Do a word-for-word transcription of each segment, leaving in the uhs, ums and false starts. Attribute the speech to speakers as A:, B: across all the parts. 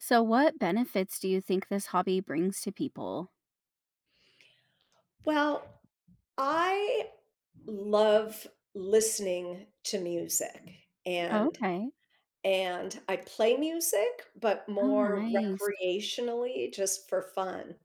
A: So, what benefits do you think this hobby brings to people?
B: Well, I love listening to music
A: Oh,
B: and
A: okay.
B: and I play music, but
A: Oh,
B: more
A: nice.
B: recreationally just for fun.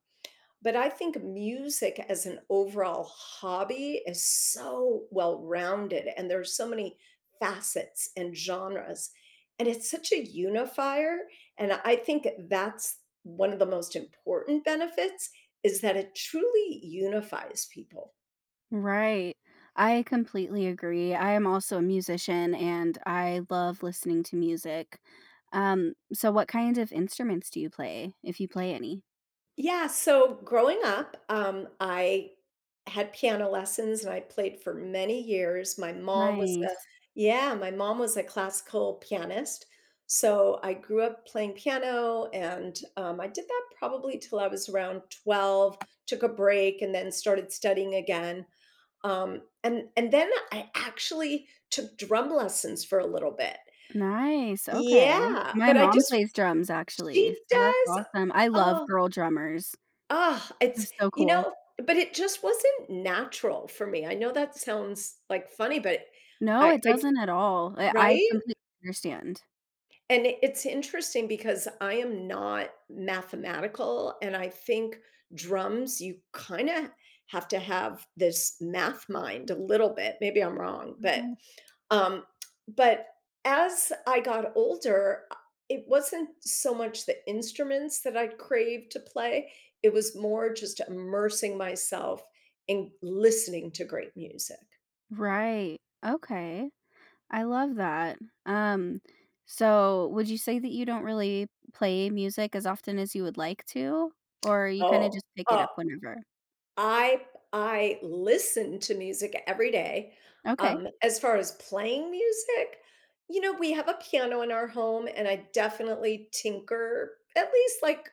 B: But I think music as an overall hobby is so well-rounded and there's so many facets and genres. And it's such a unifier, and I think that's one of the most important benefits is that it truly unifies people.
A: Right. I completely agree. I am also a musician and I love listening to music. Um, so what kind of instruments do you play, if you play any?
B: Yeah, so growing up, um, I had piano lessons and I played for many years. My mom was a
A: Nice.
B: yeah, my mom was a classical pianist. So I grew up playing piano and um, I did that probably till I was around twelve, took a break and then started studying again. Um, and and then I actually took drum lessons for a little bit.
A: Nice. Okay.
B: Yeah,
A: My
B: but I
A: mom
B: just
A: plays drums actually.
B: she
A: So that's
B: does.
A: awesome. I love
B: Oh.
A: girl drummers.
B: Ah, it's
A: It's so
B: you
A: cool.
B: know, but it just wasn't natural for me. I know that sounds, like, funny, but
A: No,
B: I
A: it
B: I
A: doesn't at all. I, I
B: right?
A: completely understand.
B: And it- it's interesting because I am not mathematical, and I think drums, you kinda have to have this math mind a little bit, maybe I'm wrong, but
A: Mhm.
B: um, but as I got older, uh, it wasn't so much the instruments that I craved to play, it was more just immersing myself in listening to great music.
A: Right. Okay. I love that. Um, so would you say that you don't really play music as often as you would like to? Or you kinda
B: Oh,
A: just pick it
B: oh,
A: up whenever?
B: I I listen to music every day.
A: Okay.
B: Um, as far as playing music, you know, we have a piano in our home and I definitely tinker at least like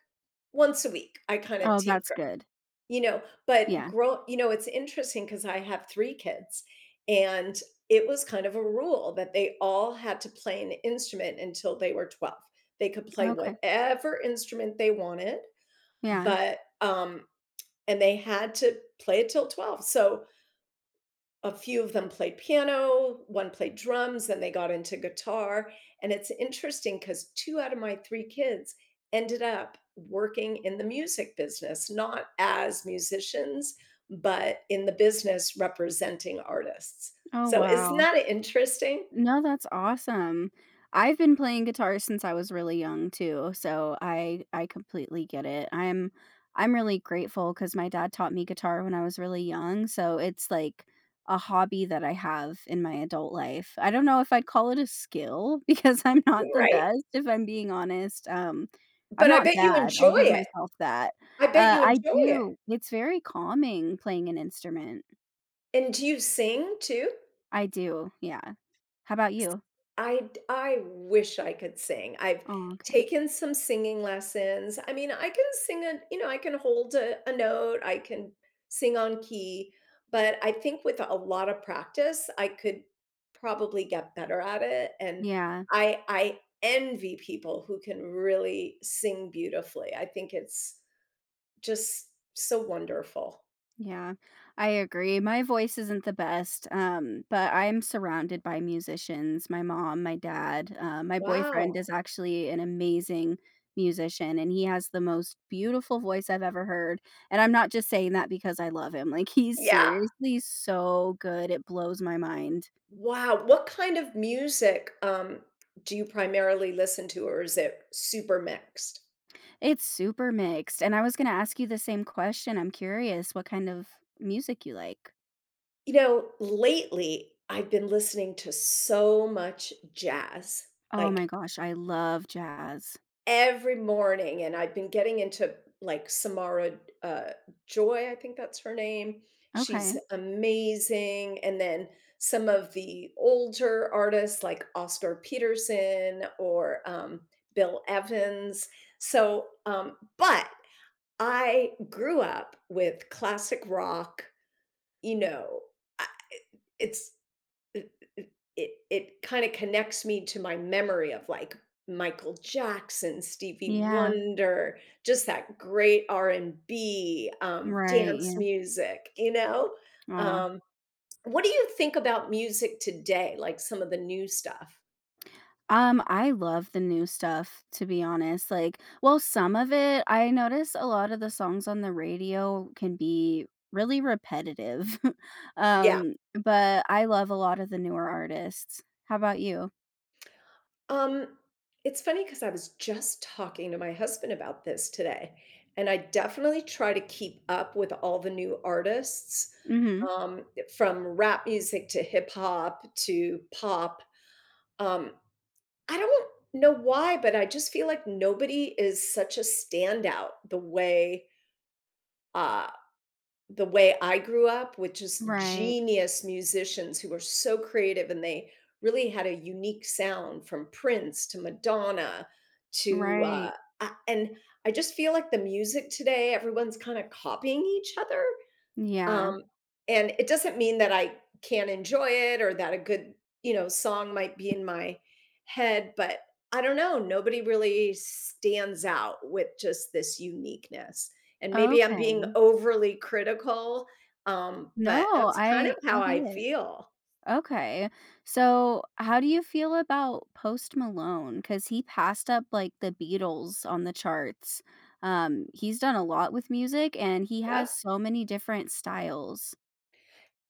B: once a week. I kind of
A: Oh, that's
B: tinker.
A: good.
B: You know, but
A: Yeah.
B: grow you know, it's interesting because I have three kids, and it was kind of a rule that they all had to play an instrument until they were twelve. They could play
A: Okay.
B: whatever instrument they wanted,
A: Yeah.
B: but, um and they had to play it till twelve. So, a few of them played piano, one played drums, then they got into guitar. And it's interesting because two out of my three kids ended up working in the music business, not as musicians, but in the business representing artists.
A: Oh,
B: So isn't
A: wow.
B: that interesting?
A: No, that's awesome. I've been playing guitar since I was really young too, so I I completely get it. I'm I'm really grateful because my dad taught me guitar when I was really young, so it's like a hobby that I have in my adult life. I don't know if I'd call it a skill because I'm not the
B: Right.
A: best, if I'm being honest. Um, I'm
B: But I
A: not
B: bet you
A: bad, I'll
B: enjoy
A: give
B: it.
A: myself that.
B: I bet
A: Uh,
B: you
A: I
B: enjoy it.
A: do, it's very calming playing an instrument.
B: And do you sing too?
A: I do, yeah. How about you?
B: I d I wish I could sing. I've
A: Oh, okay.
B: taken some singing lessons. I mean, I can sing a you know, I can hold a a note, I can sing on key, but I think with a lot of practice, I could probably get better at it, and
A: Yeah.
B: I I envy people who can really sing beautifully. I think it's just so wonderful.
A: Yeah, I agree. My voice isn't the best, um, but I'm surrounded by musicians. My mom, my dad, uh, my boyfriend is
B: Wow.
A: actually an amazing musician, and he has the most beautiful voice I've ever heard. And I'm not just saying that because I love him. Like, he's
B: Yeah.
A: seriously so good. It blows my mind.
B: Wow, what kind of music, um, do you primarily listen to, or is it super mixed?
A: It's super mixed. And I was going to ask you the same question. I'm curious what kind of music you like.
B: You know, lately, I've been listening to so much jazz,
A: Oh my
B: like,
A: gosh, I love jazz.
B: every morning, and I've been getting into, like, Samara, uh, Joy, I think that's her name, she's
A: Okay.
B: amazing, and then some of the older artists like Oscar Peterson or, um, Bill Evans, so, um but I grew up with classic rock, you know, I it's it it it kinda connects me to my memory of, like, Michael Jackson, Stevie
A: Yeah.
B: Wonder, just that great R and B, um,
A: Right.
B: dance
A: Yeah.
B: music, you know?
A: Aw.
B: Um, what do you think about music today, like some of the new stuff?
A: Um, I love the new stuff, to be honest, like, well, some of it. I notice a lot of the songs on the radio can be really repetitive,
B: Yeah.
A: um, but I love a lot of the newer artists. How about you?
B: Um, it's funny because I was just talking to my husband about this today, and I definitely try to keep up with all the new artists,
A: Mhm.
B: um, from rap music to hip hop to pop. Um, I don't know why, but I just feel like nobody is such a standout the way, uh, the way I grew up with just
A: Right.
B: genius musicians who were so creative and they really had a unique sound from Prince to Madonna to, uh,
A: Right.
B: a and I just feel like the music today, everyone's kinda copying each other.
A: Yeah.
B: Um, and it doesn't mean that I can't enjoy it or that a good, you know, song might be in my head, but I don't know, nobody really stands out with just this uniqueness. And maybe I'm
A: Okay.
B: being overly critical, um, but
A: No,
B: that's kind of
A: I
B: how
A: I get
B: I
A: it.
B: feel.
A: Okay. So, how do you feel about Post Malone? Because he passed up like the Beatles on the charts. Um, he's done a lot with music and he
B: Yep.
A: has so many different styles.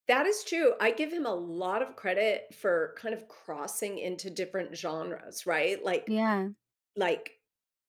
B: That is true. I give him a lot of credit for kind of crossing into different genres, right? Like
A: Yeah.
B: like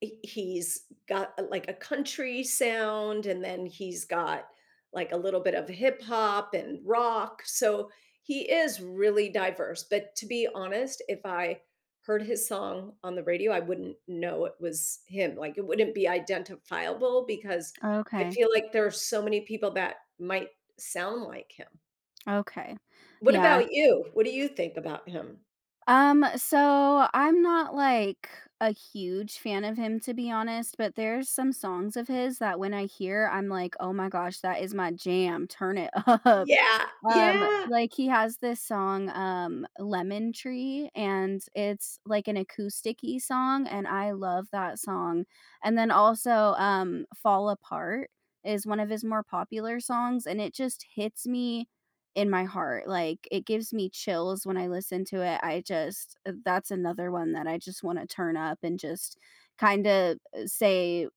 B: he- he's got uh, like a country sound and then he's got like a little bit of hip hop and rock, so he is really diverse, but to be honest, if I heard his song on the radio, I wouldn't know it was him, like it wouldn't be identifiable because I
A: Okay.
B: feel like there are so many people that might sound like him.
A: Okay.
B: What
A: Yeah.
B: about you, what do you think about him?
A: Um, so I'm not like a huge fan of him to be honest, but there's some songs of his that when I hear, I'm like, "Oh my gosh, that is my jam. Turn it up."
B: Yeah,
A: Um,
B: yeah.
A: like he has this song, um, Lemon Tree, and it's like an acousticy song, and I love that song. And then also, um, Fall Apart is one of his more popular songs, and it just hits me in my heart. Like it gives me chills when I listen to it. I just uh, that's another one that I just want to turn up and just kind of say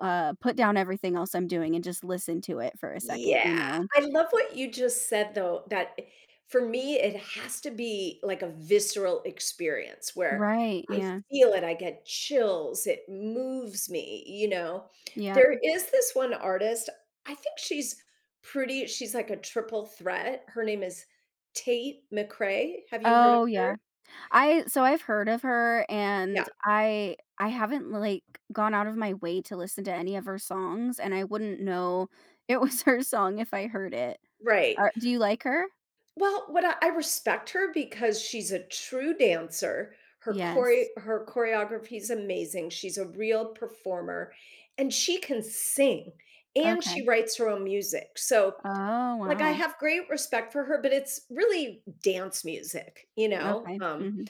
A: uh put down everything else I'm doing and just listen to it for a second, you
B: Yeah,
A: know.
B: I love what you just said though, that I for me, it has to be like a visceral experience where
A: Right.
B: I
A: Yeah.
B: feel it, I get chills, it moves me, you know?
A: Yep.
B: There is this one artist, I think she's pretty she's like a triple threat. Her name is Tate McRae. Have you heard of
A: Oh
B: her?
A: yeah. I so I've heard of her
B: Yeah,
A: and I I haven't like gone out of my way to listen to any of her songs and I wouldn't know it was her song if I heard it.
B: right.
A: Are, do you like her?
B: Well, what I I respect her because she's a true dancer. Her chore
A: Yes.
B: her choreography is amazing. She's a real performer, and she can sing, and
A: Okay.
B: she writes her own music. So,
A: Oh,
B: like, I
A: wow.
B: have great respect for her, but it's really dance music, you know?
A: Okay,
B: Um,
A: mhm.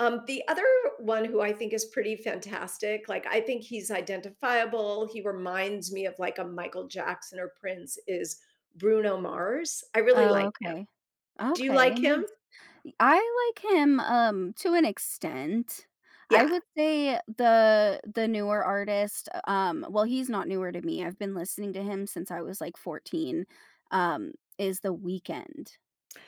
B: um, The other one who I think is pretty fantastic, like, I think he's identifiable, he reminds me of, like, a Michael Jackson or Prince, is Bruno Mars. I really
A: Oh,
B: like him.
A: okay.
B: Do you
A: Okay,
B: like him?
A: nice. I like him, um, to an extent. I
B: Yeah.
A: would say the the newer artist, uh, um well, he's not newer to me, I've been listening to him since I was, like, fourteen, um, is The Weekend,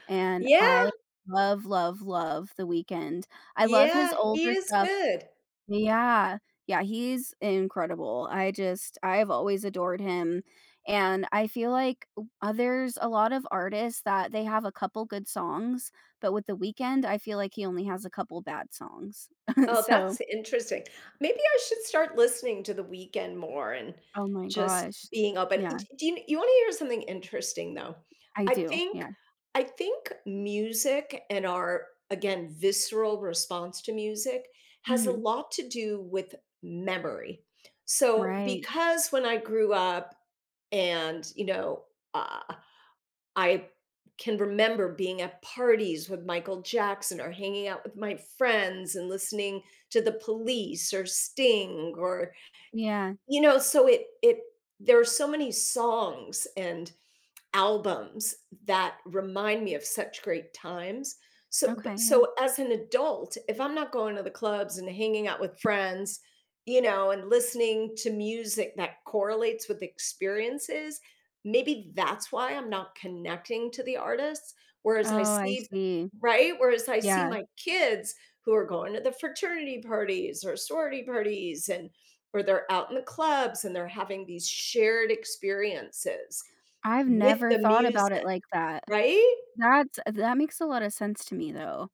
A: and
B: Yeah,
A: I love, love, love The Weekend. I love his
B: yeah, he
A: older
B: is
A: stuff.
B: good.
A: Yeah. Yeah, he's incredible. I just I've always adored him, and I feel like w uh, there's a lot of artists that they have a couple good songs, but with The Weekend, I feel like he only has a couple bad songs.
B: Oh,
A: So
B: that's interesting. Maybe I should start listening to The weekend more and
A: oh my
B: just
A: gosh.
B: being open. D
A: Yeah,
B: Do you you wanna hear something interesting, though?
A: I
B: I
A: do,
B: think
A: yeah.
B: I think music and our, again, visceral response to music has a
A: Mhm.
B: lot to do with memory. So,
A: Right.
B: because when I grew up and, you know, uh I can remember being at parties with Michael Jackson or hanging out with my friends and listening to The Police or Sting or
A: Yeah.
B: you know, so it it there are so many songs and albums that remind me of such great times. So, b-
A: Okay, yeah.
B: so as an adult, if I'm not going to the clubs and hanging out with friends, you know, and listening to music that correlates with experiences, maybe that's why I'm not connecting to the artists. Whereas I
A: Oh, I
B: see,
A: see.
B: right? Whereas I see
A: Yeah.
B: my kids who are going to the fraternity parties or sorority parties and or they're out in the clubs and they're having these shared experiences
A: I've
B: with
A: never
B: the
A: thought about
B: music,
A: it like that.
B: right?
A: That's, that makes a lot of sense to me, though.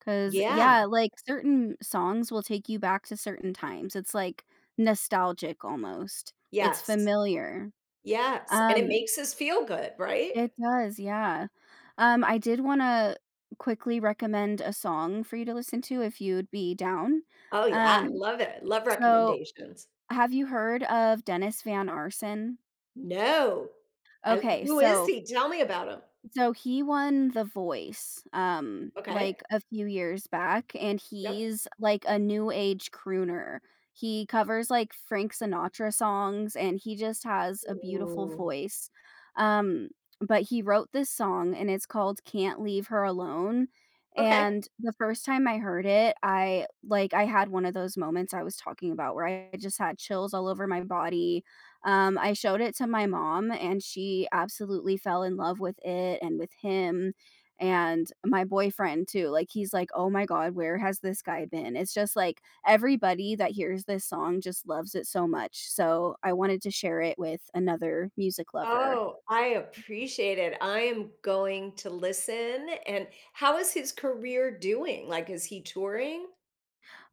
A: 'Cause yeah,
B: Yeah.
A: like, certain songs will take you back to certain times. It's, like, nostalgic almost. It's
B: Yes.
A: familiar.
B: Yes, and it
A: Um,
B: makes us feel good, right?
A: it does, yeah. Um, I did wanna quickly recommend a song for you to listen to if you'd be down.
B: Oh, yeah, I
A: Um,
B: love it. Love
A: so
B: recommendations.
A: have you heard of Dennis Van Arsen?
B: No. I
A: Okay,
B: who is
A: so
B: he? Tell me about him.
A: So he won The Voice, um,
B: Okay.
A: like, a few years back, and
B: Yep.
A: he's, like, a new age crooner. He covers, like, Frank Sinatra songs, and he just has a beautiful
B: Ooh.
A: voice. Um, but he wrote this song, and it's called "Can't Leave Her Alone,"
B: Okay.
A: and the first time I heard it, I like, I had one of those moments I was talking about where I just had chills all over my body, um, I showed it to my mom, and she absolutely fell in love with it and with him and my boyfriend too. Like he's like, "Oh my god, where has this guy been?" It's just like everybody that hears this song just loves it so much. So I wanted to share it with another music lover.
B: Oh, I appreciate it. I am going to listen, and how is his career doing? Like, is he touring?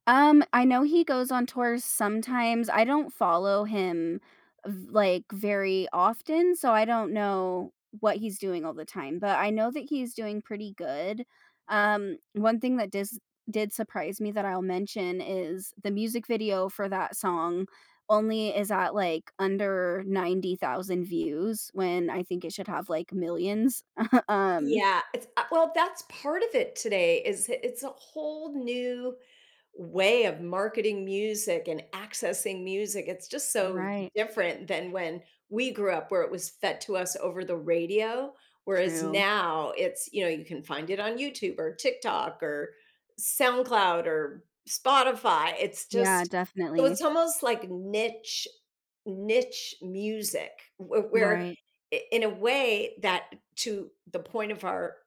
A: Um, I know he goes on tours sometimes. I don't follow him v like, very often, so I don't know what he's doing all the time, but I know that he's doing pretty good. Um, one thing that dis did surprise me that I'll mention is the music video for that song only is at, like, under ninety thousand views when I think it should have, like, millions. Um,
B: Yeah, it's uh, well, that's part of it today is it- it's a whole new way of marketing music and accessing music. It's just so
A: right.
B: different than when we grew up where it was fed to us over the radio, whereas
A: True.
B: now it's, you know, you can find it on YouTube or TikTok or SoundCloud or Spotify. It's
A: Yeah,
B: just so
A: definitely.
B: it's almost like niche niche music wh- where
A: Right.
B: i- in a way that to the point of our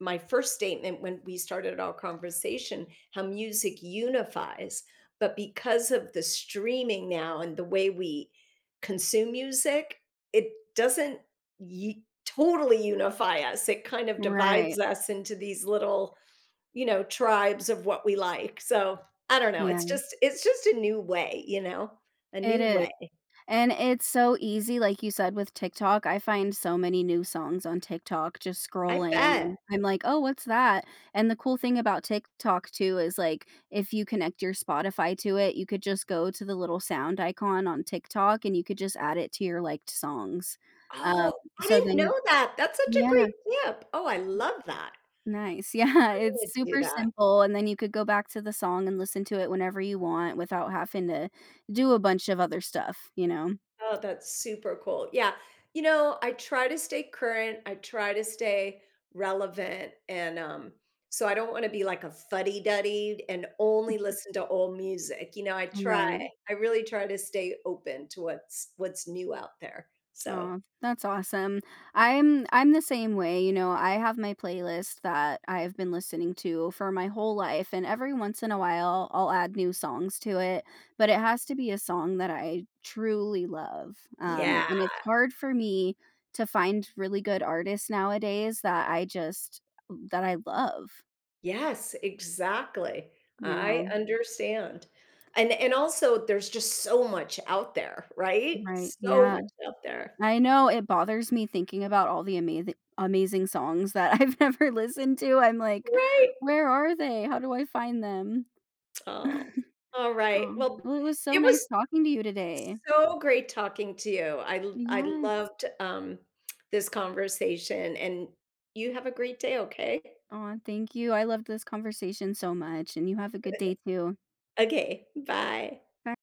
B: my first statement when we started our conversation, how music unifies, but because of the streaming now and the way we consume music, it doesn't y- totally unify us, it kind of divides
A: Right.
B: us into these little, you know, tribes of what we like. So I don't know, it's
A: Yeah.
B: just it's just a new way, you know, a
A: It
B: new
A: is,
B: way.
A: and it's so easy, like you said, with TikTok, I find so many new songs on TikTok just
B: I
A: scrolling,
B: bet.
A: and I'm like, "Oh, what's that?" And the cool thing about TikTok too is, like, if you connect your Spotify to it, you could just go to the little sound icon on TikTok, and you could just add it to your liked songs. Um,
B: Oh, I
A: so
B: didn't
A: then you
B: know that, that's such a
A: yeah,
B: great tip, oh I love that,
A: nice. Yeah, it's
B: gonna do
A: super
B: that.
A: simple, and then you could go back to the song and listen to it whenever you want without having to do a bunch of other stuff, you know?
B: Oh, that's super cool. Yeah. You know, I try to stay current. I try to stay relevant. And um, so I don't want to be like a fuddy duddy and only listen to old music. You know, I try,
A: Right.
B: I really try to stay open to what's what's new out there. So
A: Oh, that's awesome. I'm I'm the same way, you know, I have my playlist that I've been listening to for my whole life and every once in a while I'll add new songs to it, but it has to be a song that I truly love. Um,
B: yeah,
A: and it's hard for me to find really good artists nowadays that I just that I love.
B: yes, exactly.
A: Yeah,
B: I understand. And and also there's just so much out there, right?
A: right.
B: So
A: Yeah.
B: much out there.
A: I know it bothers me thinking about all the amazing, amazing songs that I've never listened to. I'm like,
B: Right.
A: "Where are they? How do I find them?"
B: Oh,
A: Aw,
B: all right. Well,
A: well, it was so
B: it
A: nice
B: was
A: talking to you today.
B: so great talking to you. I l- I
A: Yes.
B: loved um this conversation and you have a great day, okay?
A: Oh, thank you. I loved this conversation so much, and you have a good day too.
B: Okay, bye.
A: Bye.